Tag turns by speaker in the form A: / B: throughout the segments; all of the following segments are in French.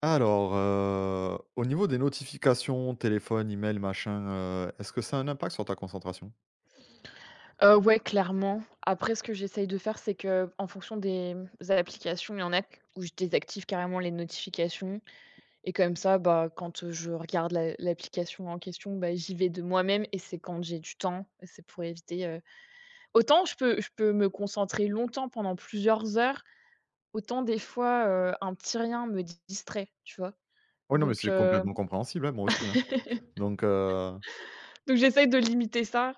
A: Alors, au niveau des notifications, téléphone, email, machin, est-ce que ça a un impact sur ta concentration?
B: Ouais, clairement. Après ce que j'essaye de faire, c'est que en fonction des applications, il y en a q où je désactive carrément les notifications et comme ça, bah, quand, je regarde l'application en question, bah, j'y vais de moi-même et c'est quand j'ai du temps. Et c'est pour éviter, autant je peux me concentrer longtemps pendant plusieurs heures, autant des fois, un petit rien me distrait, tu vois?
A: Oui, non, mais
B: Donc
A: c'est
B: heu,
A: complètement compréhensible, hein, moi aussi, hein. Donc, heu,
B: donc j'essaye de limiter ça.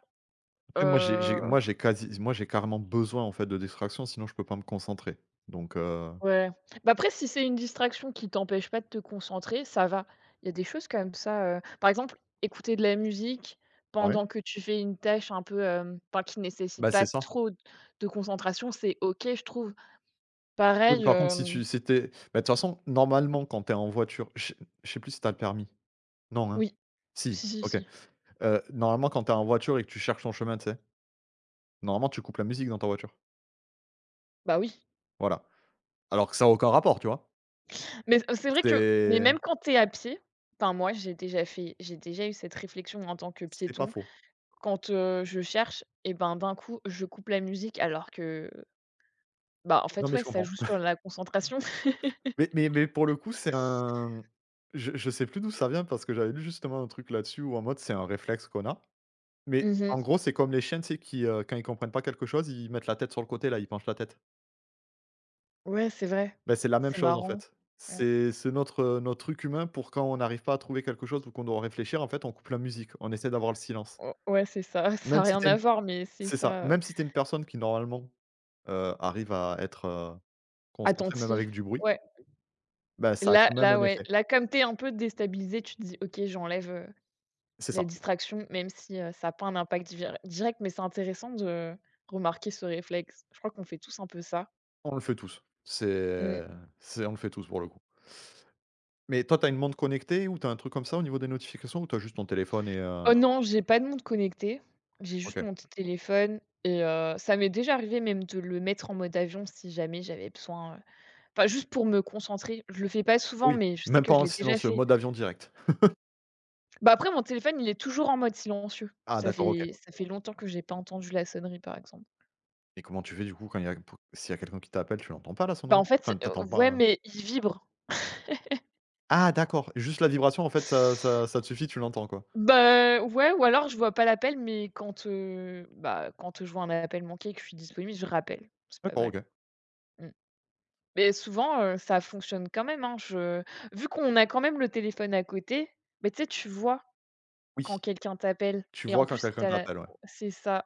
A: après moi
B: euh,
A: j'ai moi j'ai quasi moi j'ai carrément besoin en fait de distraction sinon je peux pas me concentrer. Donc, heu,
B: Ouais. Bah, après, si c'est une distraction qui t'empêche pas de te concentrer, ça va. Il y a des choses comme ça, par exemple, écouter de la musique
A: ouais,
B: pendant que tu fais une tâche un peu, enfin, qui nécessite
A: bah,
B: pas
A: c'est ça.
B: trop de concentration, c'est OK, je trouve.
A: Oui,
B: Pareil,
A: par contre si
B: hem
A: tu c'était, bah, de toute façon normalement quand tu es en voiture, je sais plus si tu as le permis? Non, hein?
B: oui,
A: Si,
B: si, si,
A: OK.
B: si.
A: Normalement, quand t'es en voiture et que tu cherches ton chemin, tu sais, normalement, tu coupes la musique dans ta voiture.
B: Bah, oui.
A: Voilà. Alors que ça a aucun rapport, tu vois?
B: Mais c'est vrai que mais même
A: C'est
B: quand t'es à pied, enfin, moi, j'ai déjà eu cette réflexion en tant que
A: c'est pas
B: piéton.
A: faux.
B: Quand, je cherche et ben, d'un coup, je coupe la musique alors que, bah, en
A: Non,
B: fait,
A: mais
B: ouais,
A: je
B: ça
A: comprends.
B: joue sur la concentration.
A: Mais pour le coup, c'est un je sais plus d'où ça vient parce que j'avais lu justement un truc là-dessus où en mode c'est un réflexe qu'on a. Mais
B: Mmh
A: en
B: mh.
A: gros, c'est comme les chiens, tu sais, qui, quand ils comprennent pas quelque chose, ils mettent la tête sur le côté, là, ils penchent la tête.
B: Ouais, c'est vrai.
A: Ben c'est la même
B: C'est
A: chose, en
B: marrant.
A: fait.
B: Mmh.
A: C'est notre, notre truc humain pour quand on n'arrive pas à trouver quelque chose ou qu'on doit réfléchir, en fait, on coupe la musique, on essaie d'avoir le silence.
B: O Ouais, c'est ça. Ça a
A: Même si
B: rien
A: tu
B: à voir, mais c'est
A: C'est ça.
B: ça,
A: Même si tu es une personne qui normalement, arrive à être, concentrée même
B: attentif.
A: avec du bruit,
B: Ouais.
A: bah, ça a
B: Là
A: quand même
B: là,
A: un
B: ouais,
A: effet.
B: là, comme tu es un peu déstabilisée, tu te dis: «OK, j'enlève,
A: C'est
B: la
A: ça.
B: distraction», même si, ça a pas un impact direct, mais c'est intéressant de remarquer ce réflexe. Je crois qu'on fait tous un peu ça.
A: On le fait tous.
B: Mmh.
A: C'est on le fait tous pour le coup. Mais toi, tu as une montre connectée ou tu as un truc comme ça au niveau des notifications ou tu as juste ton téléphone
B: Oh non, j'ai pas de montre connectée. J'ai juste
A: OK.
B: mon petit téléphone et ça m'est déjà arrivé même de le mettre en mode avion si jamais j'avais besoin, enfin, juste pour me concentrer. Je le fais pas souvent,
A: Oui,
B: mais je sais
A: même
B: que
A: pas
B: je
A: en
B: l'ai déjà
A: silencieux,
B: fait.
A: mode avion direct.
B: Bah, après, mon téléphone, il est toujours en mode silencieux.
A: Ah d'accord, OK.
B: Ça fait longtemps que j'ai pas entendu la sonnerie, par exemple.
A: Et comment tu fais du coup quand il y a pou s'il y a quelqu'un qui t'appelle, tu l'entends pas la
B: Bah, en
A: sonnerie?
B: fait,
A: Enfin, tu entends pas.
B: ouais,
A: heu
B: mais il vibre.
A: ah d'accord, juste la vibration en fait, ça te suffit, tu l'entends quoi?
B: Bah, ouais, ou alors je vois pas l'appel, mais quand, bah, quand je vois un appel manqué et que je suis disponible, je rappelle. C'est pas
A: D'accord,
B: mal.
A: OK.
B: Mmh. Mais souvent, ça fonctionne quand même, hein. Je vu qu'on a quand même le téléphone à côté, mais tu sais, tu vois
A: Oui,
B: quand quelqu'un t'appelle
A: tu
B: et en
A: vois
B: plus,
A: quand
B: si
A: quelqu'un
B: tu la
A: t'appelle, ouais.
B: c'est ça,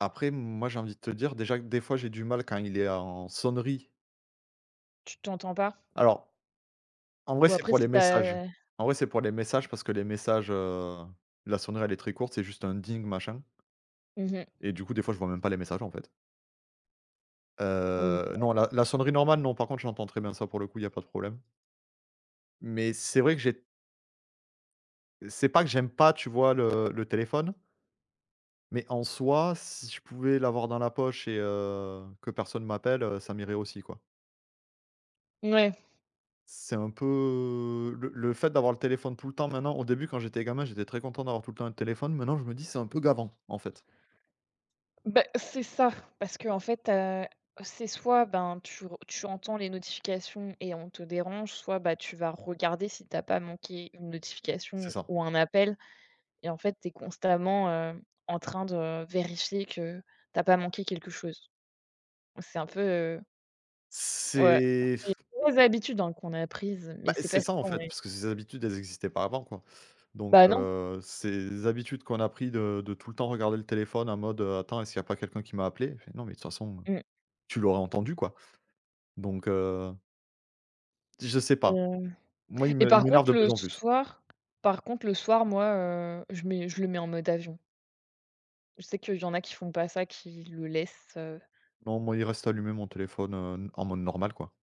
A: Après, moi, j'ai envie de te dire, déjà que des fois, j'ai du mal quand il est en sonnerie.
B: tu t'entends pas.
A: Alors, en vrai,
B: Ou
A: c'est
B: après
A: pour les
B: si tu
A: messages.
B: as
A: En vrai, c'est pour les messages parce que les messages, la sonnerie, elle est très courte, c'est juste un ding machin
B: mmh mh.
A: et du coup, des fois, je vois même pas les messages, en fait.
B: OK.
A: Non, la sonnerie normale, non, par contre, j'entends très bien ça pour le coup, il y a pas de problème. Mais c'est vrai que j'ai c'est pas que j'aime pas, tu vois, le téléphone, mais en soi, si je pouvais l'avoir dans la poche et que personne m'appelle, ça m'irait aussi, quoi.
B: Ouais,
A: C'est un peu le fait d'avoir le téléphone tout le temps maintenant. Au début quand j'étais gamin, j'étais très content d'avoir tout le temps un téléphone. Maintenant je me dis: «C'est un peu gavant» en fait,
B: bah, c'est ça, parce qu'en fait, c'est soit, ben, tu entends les notifications et on te dérange, soit, bah, tu vas regarder si tu as pas manqué une
A: c'est
B: notification
A: ça.
B: ou un appel et en fait, tu es constamment, en train de vérifier que tu as pas manqué quelque chose. C'est un peu, ouais,
A: C'est
B: c'est des mauvaises habitudes, hein, qu'on a prises, mais
A: bah,
B: c'est pas
A: c'est ça en
B: souvent,
A: fait,
B: ouais.
A: parce que ces habitudes elles existaient pas avant quoi. Donc
B: Bah, non.
A: heu, ces habitudes qu'on a pris de tout le temps regarder le téléphone en mode: «Attends, est-ce qu'il y a pas quelqu'un qui m'a appelé?» Fait: «Non mais de toute façon,
B: Mmh,
A: tu l'aurais entendu quoi». Donc heu, je sais pas.
B: heu
A: Moi
B: et
A: il
B: par
A: m'énerve
B: contre
A: de
B: le
A: plus en plus.
B: soir moi, je le mets en mode avion. Je sais qu'il y en a qui font pas ça, qui le laissent,
A: Non, moi il reste allumé mon téléphone, en mode normal quoi.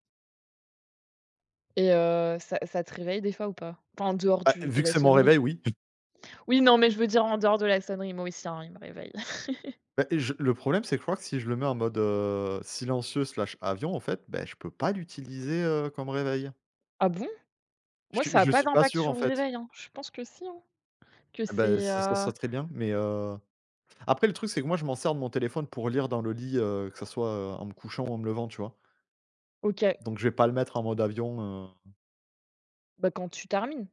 B: et ça ça te réveille des fois ou pas? Enfin en dehors
A: Bah,
B: du de
A: vu que
B: la
A: c'est mon
B: sonnerie.
A: réveil, oui.
B: Oui non, mais je veux dire en dehors de la sonnerie, moi aussi, hein, il me réveille.
A: Bah, et je le problème, c'est que je crois que si je le mets en mode, silencieux slash avion, en fait, bah, je peux pas l'utiliser, comme réveil.
B: Ah bon? Moi
A: Je
B: ça
A: suis
B: a
A: je
B: pas
A: suis pas
B: d'impact
A: sûr,
B: sur
A: en
B: le
A: fait.
B: réveil, hein. Je pense que si, hein, que
A: Ah bah,
B: c'est,
A: ça serait très bien, mais après le truc, c'est que moi, je m'en sers de mon téléphone pour lire dans le lit, que ça soit, en me couchant ou en me levant, tu vois?
B: OK,
A: Donc je vais pas le mettre en mode avion, heu,
B: bah, quand tu termines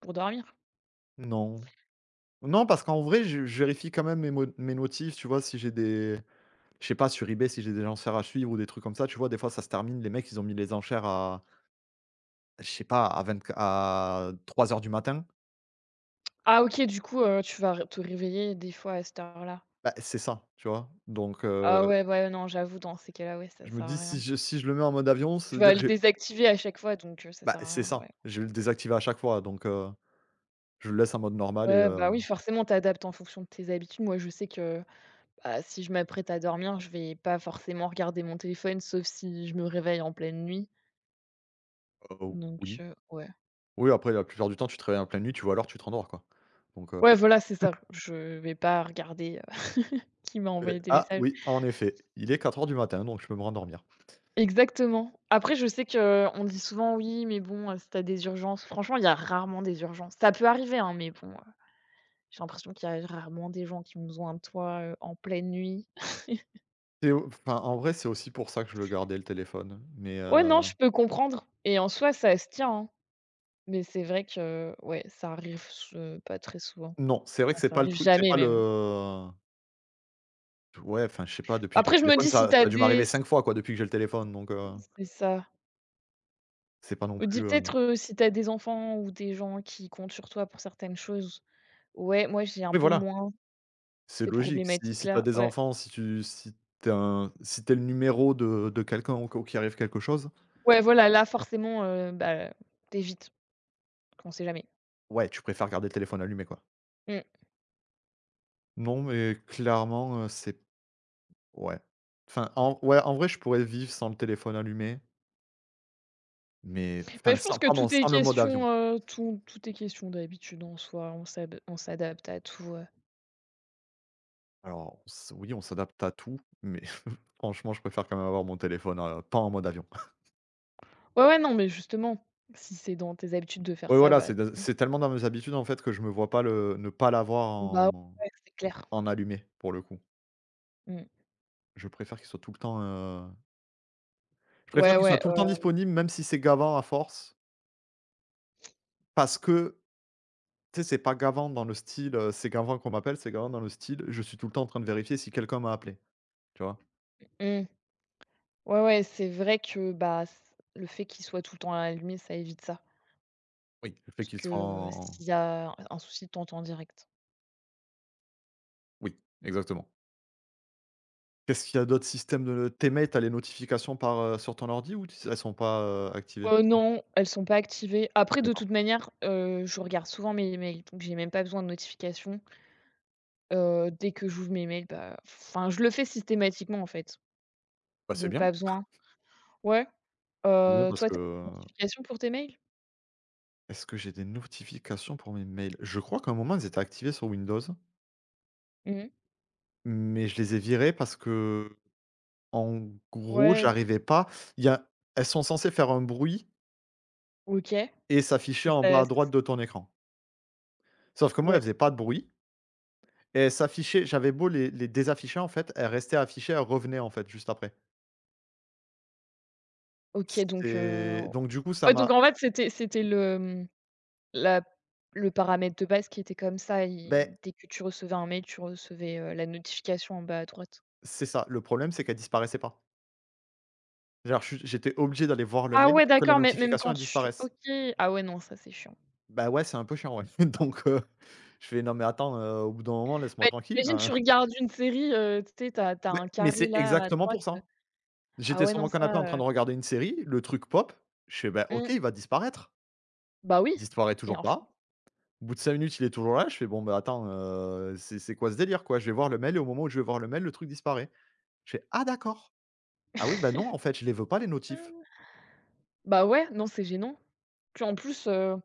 B: pour dormir.
A: non. Non, parce qu'en vrai, je vérifie quand même mes notifs, tu vois? Si j'ai des je sais pas, sur eBay, si j'ai des enchères à suivre ou des trucs comme ça, tu vois? Des fois, ça se termine, les mecs, ils ont mis les enchères à, je sais pas, à 24, à 3:00 du matin,
B: Ah OK, du coup, tu vas r te réveiller des fois à cette heure-là.
A: bah, c'est ça, tu vois? Donc
B: Ah
A: heu,
B: ouais, ouais, non, j'avoue dans ces cas-là, ouais, ça
A: je me
B: sert à
A: dis si
B: rien.
A: je si je le mets en mode avion, ça
B: Tu
A: veut
B: vas
A: dire que
B: le
A: j'ai
B: désactiver à chaque fois, donc ça
A: bah,
B: sert à
A: c'est
B: rien, ouais.
A: ça, je vais le désactiver à chaque fois . Je le laisse en mode normal
B: Ouais, bah, oui, forcément, t'adaptes en fonction de tes habitudes. Moi, je sais que, bah, si je m'apprête à dormir, je vais pas forcément regarder mon téléphone, sauf si je me réveille en pleine nuit,
A: heu,
B: donc
A: oui.
B: ouais.
A: Oui, après la plupart du temps, tu te réveilles en pleine nuit, tu vois l'heure, tu te rendors, quoi. Donc heu,
B: Ouais, voilà, c'est ça. Je vais pas regarder, qui m'a
A: et
B: envoyé des
A: ah
B: messages.
A: oui, en effet, il est 4 heures du matin, donc je peux me rendormir.
B: Exactement. Après, je sais que on dit souvent: «Oui, mais bon, si t'as des urgences». Franchement, il y a rarement des urgences. Ça peut arriver, hein, mais bon, j'ai l'impression qu'il y a rarement des gens qui ont besoin de toi, en pleine nuit.
A: C'est au Enfin, en vrai, c'est aussi pour ça que je le gardais le téléphone, mais
B: Ouais, non, je peux comprendre et en soi, ça se tient, hein. Mais c'est vrai que, ouais, ça arrive s pas très souvent.
A: non, c'est vrai que
B: Enfin,
A: c'est
B: ça
A: pas le
B: arrive
A: truc, c'est
B: jamais
A: pas
B: même.
A: le Ouais, enfin, je sais pas, depuis que j'ai le
B: Après, je me
A: téléphone,
B: dis si
A: ça
B: t'as
A: ça a dû
B: des
A: m'arriver 5 fois, quoi, depuis que j'ai le téléphone,
B: c'est ça.
A: c'est pas non
B: Ou dis
A: plus,
B: peut-être, si t'as des enfants ou des gens qui comptent sur toi pour certaines choses. Ouais, moi, j'ai un
A: oui,
B: peu
A: voilà,
B: moins
A: c'est
B: ces
A: logique. Si t'as
B: problématiques-là,
A: des
B: ouais.
A: enfants, si tu si t'es un si t'es le numéro de quelqu'un au cas où qu'il arrive quelque chose,
B: Ouais, voilà, là, forcément, bah, tu on sait jamais.
A: ouais, tu préfères garder le téléphone allumé, quoi.
B: Mmh.
A: Non, mais clairement, c'est ouais. Enfin, en ouais, en vrai, je pourrais vivre sans le téléphone allumé, mais
B: Bah,
A: enfin,
B: je pense
A: sans
B: que
A: pardon,
B: tout est
A: sans le mode avion.
B: question, tout est question d'habitude en soi. On s'adapte à tout,
A: Alors, on s oui, on s'adapte à tout, mais franchement, je préfère quand même avoir mon téléphone, pas en mode avion.
B: ouais, ouais, non, mais justement, si c'est dans tes habitudes de faire
A: Ouais,
B: ça,
A: voilà,
B: bah, c'est mieux.
A: c'est tellement dans mes habitudes, en fait, que je me vois pas le ne pas l'avoir
B: Bah,
A: en
B: ouais, c'est clair.
A: allumé, pour le coup.
B: Mmh.
A: Je préfère qu'il soit tout le temps, je préfère
B: Ouais,
A: qu'il soit
B: ouais,
A: tout le temps disponible, même si c'est gavant à force, parce que, tu sais, c'est pas gavant dans le style, c'est gavant qu'on m'appelle, c'est gavant dans le style, je suis tout le temps en train de vérifier si quelqu'un m'a appelé, tu vois?
B: mmh. Ouais, ouais, c'est vrai que, bah, c le fait qu'il soit tout le temps allumé, ça évite ça.
A: Oui. Le fait
B: Parce
A: qu'il
B: que,
A: soit en
B: s'il y a un souci, t'entends entends direct.
A: oui, exactement. Qu'est-ce qu'il y a d'autres systèmes de tes mails, tu les notifications par, sur ton ordi ou t elles sont pas, activées? OK.
B: Non, elles sont pas activées. Après, de
A: D'accord.
B: toute manière, je regarde souvent mes mails, donc j'ai même pas besoin de notification. Dès que j'ouvre mes mails, bah, enfin, je le fais systématiquement, en fait,
A: Bah, c'est
B: donc
A: bien,
B: pas besoin. Ouais.
A: c'est bien
B: Toi,
A: parce
B: t'as as des
A: que
B: notifications pour tes mails?
A: Est-ce que j'ai des notifications pour mes mails? Je crois qu'à un moment, elles étaient activées sur Windows,
B: Mmh.
A: mais je les ai virées parce que en gros,
B: Ouais.
A: j'arrivais pas, il y a elles sont censées faire un bruit
B: OK et
A: et s'afficher en bas
B: ça
A: à droite de ton écran. Sauf que moi, elles
B: ouais,
A: faisaient pas de bruit et elles s'affichaient, j'avais beau les désafficher, en fait, elles restaient affichées, elles revenaient, en fait, juste après.
B: OK donc
A: C'est donc du coup, ça
B: ouais donc
A: m'a
B: en fait c'était c'était le, mmh, la le paramètre de base qui était comme ça,
A: Ben
B: il dès que tu recevais un mail, tu recevais, la notification en bas à droite.
A: c'est ça, le problème, c'est qu'elles disparaissaient pas. Genre, je suis j'étais obligé d'aller voir le
B: Ah
A: mail
B: ouais
A: pour que la
B: d'accord, mais même
A: notification,
B: quand
A: elle
B: tu
A: disparaisse.
B: OK. Ah ouais non, ça c'est chiant.
A: Bah, ouais, c'est un peu chiant, ouais. Donc, je fais: «Non, mais attends, au bout d'un moment, laisse-moi
B: Bah,
A: tranquille,
B: imagine tu
A: enfin».
B: regardes une série, tu sais, tu as
A: Beh,
B: un
A: mais
B: carré
A: c'est
B: là à
A: exactement
B: droite,
A: pour ça.
B: ah
A: J'étais
B: ouais
A: sur
B: non
A: mon canapé en train
B: ça,
A: de regarder une série, le truc pop, je fais: «Bah, OK,
B: mmh,
A: il va disparaître».
B: bah oui
A: Il disparaît
B: et
A: toujours
B: en fait
A: pas. Au bout de 5 minutes, il est toujours là, je fais: «Bon, bah, attends, c'est quoi ce délire, quoi?» Je vais voir le mail et au moment où je vais voir le mail, le truc disparaît. Je fais: «Ah d'accord. Ah oui, bah, non, en fait, je les veux pas les notifs».
B: bah ouais, non c'est gênant. Puis en plus,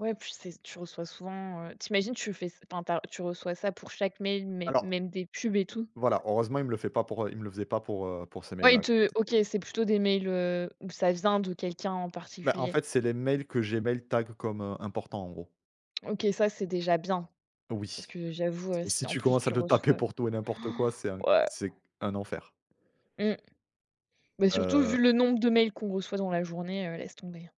B: ouais, puis c'est tu reçois souvent, tu tu fais enfin, tu tu reçois ça pour chaque mail, mais
A: Alors,
B: même des pubs et tout?
A: voilà, heureusement, il me le fait pas pour, il me le faisait pas pour, pour ces
B: Ouais, ils
A: mails-là, quoi.
B: te OK, c'est plutôt des mails, où ça vient de quelqu'un en
A: Bah, en
B: particulier.
A: fait, c'est les mails que Gmail tag comme, importants, en gros.
B: OK, ça, c'est déjà bien parce
A: Oui.
B: que j'avoue,
A: Et si
B: si en
A: tu
B: plus
A: commences à
B: tu
A: te le taper
B: reçois
A: pour tout et n'importe quoi, c'est un
B: ouais,
A: c'est un enfer.
B: mmh, mais surtout
A: Heu,
B: vu le nombre de mails qu'on reçoit dans la journée, laisse tomber.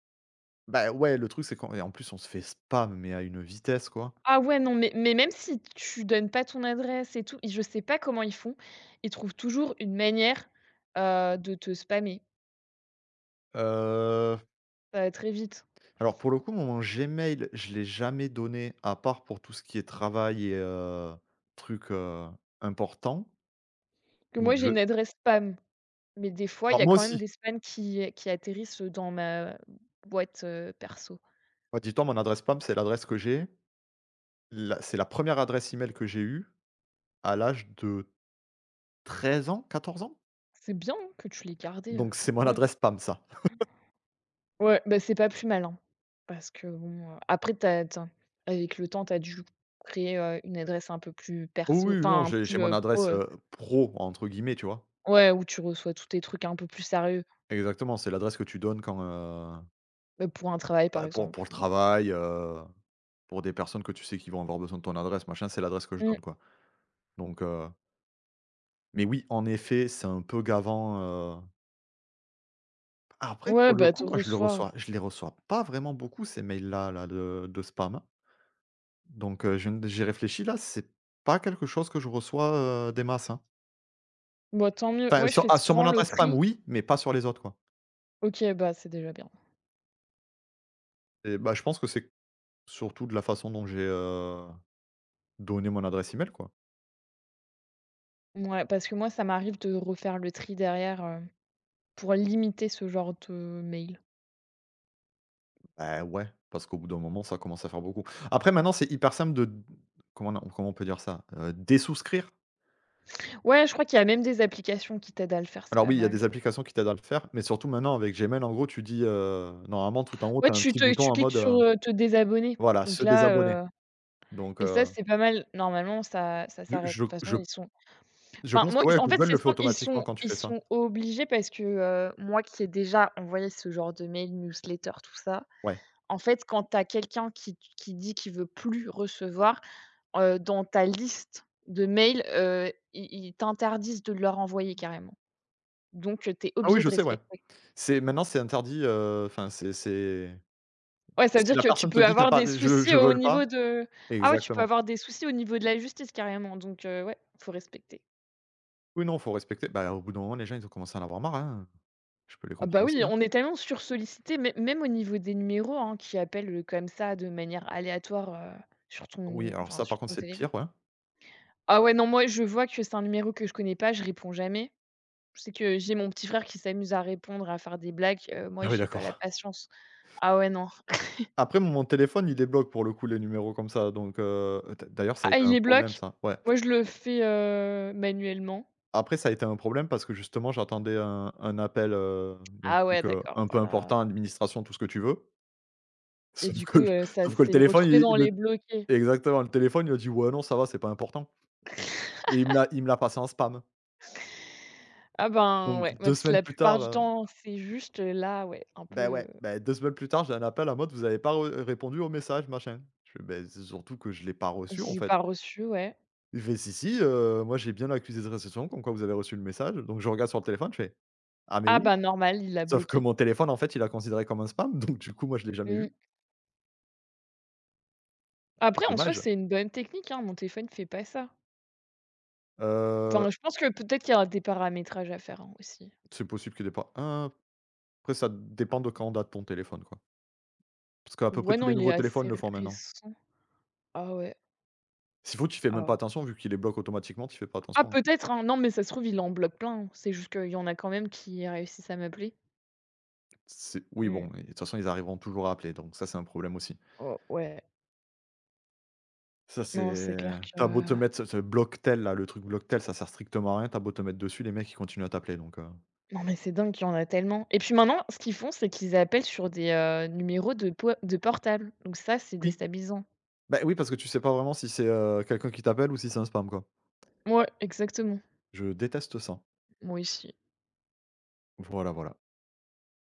A: bah, ouais, le truc, c'est qu'en et en plus, on se fait spam, mais à une vitesse, quoi.
B: Ah ouais, non, même si tu donnes pas ton adresse et tout, je sais pas comment ils font, ils trouvent toujours une manière, de te spammer.
A: Heu,
B: Ça va très vite.
A: alors, pour le coup, mon Gmail, je l'ai jamais donné, à part pour tout ce qui est travail et trucs, importants.
B: Que moi,
A: Donc
B: j'ai une
A: je
B: adresse spam. Mais des fois, il y
A: alors
B: a
A: moi
B: quand même
A: aussi,
B: des spams qui atterrissent dans ma boîte, perso.
A: moi, dis-toi, mon adresse spam, c'est l'adresse que j'ai. La c'est la première adresse email que j'ai eue à l'âge de 13 ans, 14 ans?
B: C'est bien, hein, que tu l'aies gardé,
A: Donc c'est mon
B: ouais.
A: adresse spam, ça.
B: Ouais, bah, c'est pas plus mal, hein, parce que bon, après t'as as avec le temps, tu as dû créer, une adresse un peu plus
A: Oui,
B: perso,
A: oui, non,
B: enfin
A: j'ai
B: plus,
A: mon
B: pro,
A: adresse, «pro» entre guillemets, tu vois?
B: ouais, où tu reçois tous tes trucs un peu plus sérieux,
A: Exactement, c'est l'adresse que tu donnes quand,
B: bah, pour un travail, par
A: bah, pour
B: exemple,
A: pour le
B: ou
A: travail, pour des personnes que tu sais qui vont avoir besoin de ton adresse, machin, c'est l'adresse que je
B: mmh,
A: donne, quoi. Donc heu, mais oui, en effet, c'est un peu gavant, heu, après
B: ouais,
A: pour le
B: bah, te
A: coup, moi
B: recevoir
A: je les reçois pas vraiment beaucoup ces mails-là, là, de spam. Je viens de j'y réfléchis là, c'est pas quelque chose que je reçois, des masses, hein.
B: bah, tant mieux.
A: Enfin
B: Moi, je fais
A: sur mon
B: souvent le
A: adresse spam
B: tri.
A: oui, mais pas sur les autres, quoi.
B: OK, bah, c'est déjà bien.
A: Et bah, je pense que c'est surtout de la façon dont j'ai, donné mon adresse email, quoi.
B: Ouais parce que moi, ça m'arrive de refaire le tri derrière, pour limiter ce genre de mail.
A: Bah, ouais, parce qu'au bout d'un moment, ça commence à faire beaucoup. Après maintenant, c'est hyper simple de comment on peut dire ça? Désouscrire.
B: Ouais, je crois qu'il y a même des applications qui t'aident à le faire, c'est
A: Alors
B: pas
A: oui, il y a
B: mal.
A: des applications qui t'aident à le faire, mais surtout maintenant avec Gmail, en gros, tu dis, normalement tout en haut,
B: Ouais,
A: tu as un petit bouton
B: tu
A: en
B: cliques
A: mode,
B: sur, te désabonner.
A: voilà,
B: Donc
A: se
B: là,
A: désabonner.
B: heu
A: Donc
B: et ça,
A: heu,
B: c'est pas mal. Normalement, ça
A: je
B: s'arrête. De
A: je
B: toute façon,
A: je
B: ils sont
A: je
B: enfin,
A: pense que,
B: moi,
A: ouais,
B: en fait,
A: Google
B: c'est
A: le fait
B: simple,
A: automatiquement quand tu
B: ils
A: fais ça.
B: sont obligés parce que, moi qui ai déjà envoyé ce genre de mail, newsletter, tout ça,
A: Ouais.
B: en fait, quand tu as quelqu'un qui dit qu'il veut plus recevoir, dans ta liste de mails, ils t'interdisent de leur envoyer carrément. Donc tu es
A: Ah oui,
B: obligé
A: je
B: de
A: sais, ouais.
B: respecter.
A: C'est interdit, enfin c'est
B: Ouais, ça veut
A: si
B: dire
A: la
B: que tu
A: personne te
B: peux
A: dit: t'as
B: avoir
A: pas
B: des soucis
A: je veux
B: au
A: le pas»,
B: niveau de ah ouais, tu peux
A: exactement.
B: avoir des soucis au niveau de la justice carrément, donc ouais, faut respecter.
A: Oui, non, faut respecter. Bah, au bout d'un moment, les gens, ils ont commencé à en avoir marre, hein. Je peux les
B: Ah bah
A: comprendre
B: oui,
A: aussi, hein.
B: on est tellement sursollicités, mê même au niveau des numéros, hein, qui appellent, comme ça de manière aléatoire, sur ton
A: Oui,
B: nu
A: alors
B: enfin
A: ça,
B: sur
A: par contre,
B: ton
A: c'est le
B: téléphone.
A: pire, ouais.
B: Ah ouais, non, moi je vois que c'est un numéro que je connais pas, je réponds jamais. Je sais que j'ai mon petit frère qui s'amuse à répondre, à faire des blagues, moi
A: Ah oui,
B: j'ai pas la
A: d'accord.
B: patience. Ah ouais, non.
A: Après, mon téléphone, il débloque pour le coup, les numéros comme ça, donc d'ailleurs, ça a
B: Ah,
A: été
B: il
A: un
B: les
A: problème,
B: bloque?
A: ça, ouais.
B: Moi je le fais, manuellement.
A: Après, ça a été un problème parce que justement, j'attendais un appel, d'un
B: Ah ouais,
A: truc,
B: d'accord,
A: un
B: bah
A: peu
B: là
A: important, administration, tout ce que tu veux.
B: et
A: Sauf
B: du
A: que
B: coup,
A: le
B: ça
A: sauf que le
B: s'est
A: téléphone,
B: retrouvé
A: il
B: dans les
A: le
B: bloqués?
A: exactement, le téléphone, il a dit: «Ouais, non, ça va, c'est pas important», et il me l'a passé en spam.
B: Ah ben,
A: Donc
B: ouais, même
A: deux
B: si
A: semaines
B: la
A: plus
B: plupart du
A: tard,
B: temps, c'est juste, là, ouais, un
A: Ben
B: peu,
A: ouais, Ben 2 semaines plus tard, j'ai un appel en mode: «Vous avez pas re répondu au message, machin». Je fais: «Beh, c'est surtout que je l'ai pas reçu, en
B: j'ai
A: fait».
B: pas reçu, ouais.
A: Il fait: «Si, si, moi j'ai bien l'accusé de réception comme quoi vous avez reçu le message». Donc je regarde sur le téléphone, je fais: «Ah, mais
B: Ah
A: oui».
B: bah, normal, il l'a
A: Sauf que
B: bloqué.
A: mon téléphone, en fait, il l'a considéré comme un spam, donc du coup, moi, je l'ai jamais
B: Mmh.
A: vu.
B: Après, en soi,
A: Dommage.
B: c'est une bonne technique, hein, mon téléphone fait pas ça.
A: Heu,
B: Enfin, je pense que peut-être qu'il y aura des paramétrages à faire, hein, aussi.
A: c'est possible qu'il y ait pas un, après ça dépend de quand date ton téléphone, quoi. Parce qu'à peu près
B: Ouais,
A: tous
B: non,
A: les
B: il est
A: nouveaux
B: assez
A: téléphones le font maintenant.
B: récent. Ah ouais,
A: S'il faut, tu fais
B: ah
A: même pas
B: ouais.
A: attention vu qu'il les bloque automatiquement, tu fais pas
B: Ah
A: attention.
B: peut-être, hein, non, mais ça se trouve, il en bloque plein, hein. C'est juste qu'il y en a quand même qui réussissent à m'appeler.
A: C'est oui,
B: Mmh.
A: bon, et de toute façon, ils arriveront toujours à appeler, donc ça, c'est un problème aussi.
B: Oh ouais,
A: Ça,
B: non, c'est
A: c'est
B: clair que
A: t'as beau te mettre ce tel là, le truc Blocktel, ça sert strictement à rien, t'as beau te mettre dessus, les mecs ils continuent à t'appeler donc heu.
B: non mais c'est dingue qu'il y en a tellement et puis maintenant, ce qu'ils font, c'est qu'ils appellent sur des, numéros de po de portable donc ça, c'est
A: Oui.
B: déstabilisant.
A: Bah, oui parce que tu sais pas vraiment si c'est, quelqu'un qui t'appelle ou si c'est un spam, quoi.
B: Ouais, exactement.
A: Je déteste ça.
B: Moi aussi.
A: Voilà, voilà.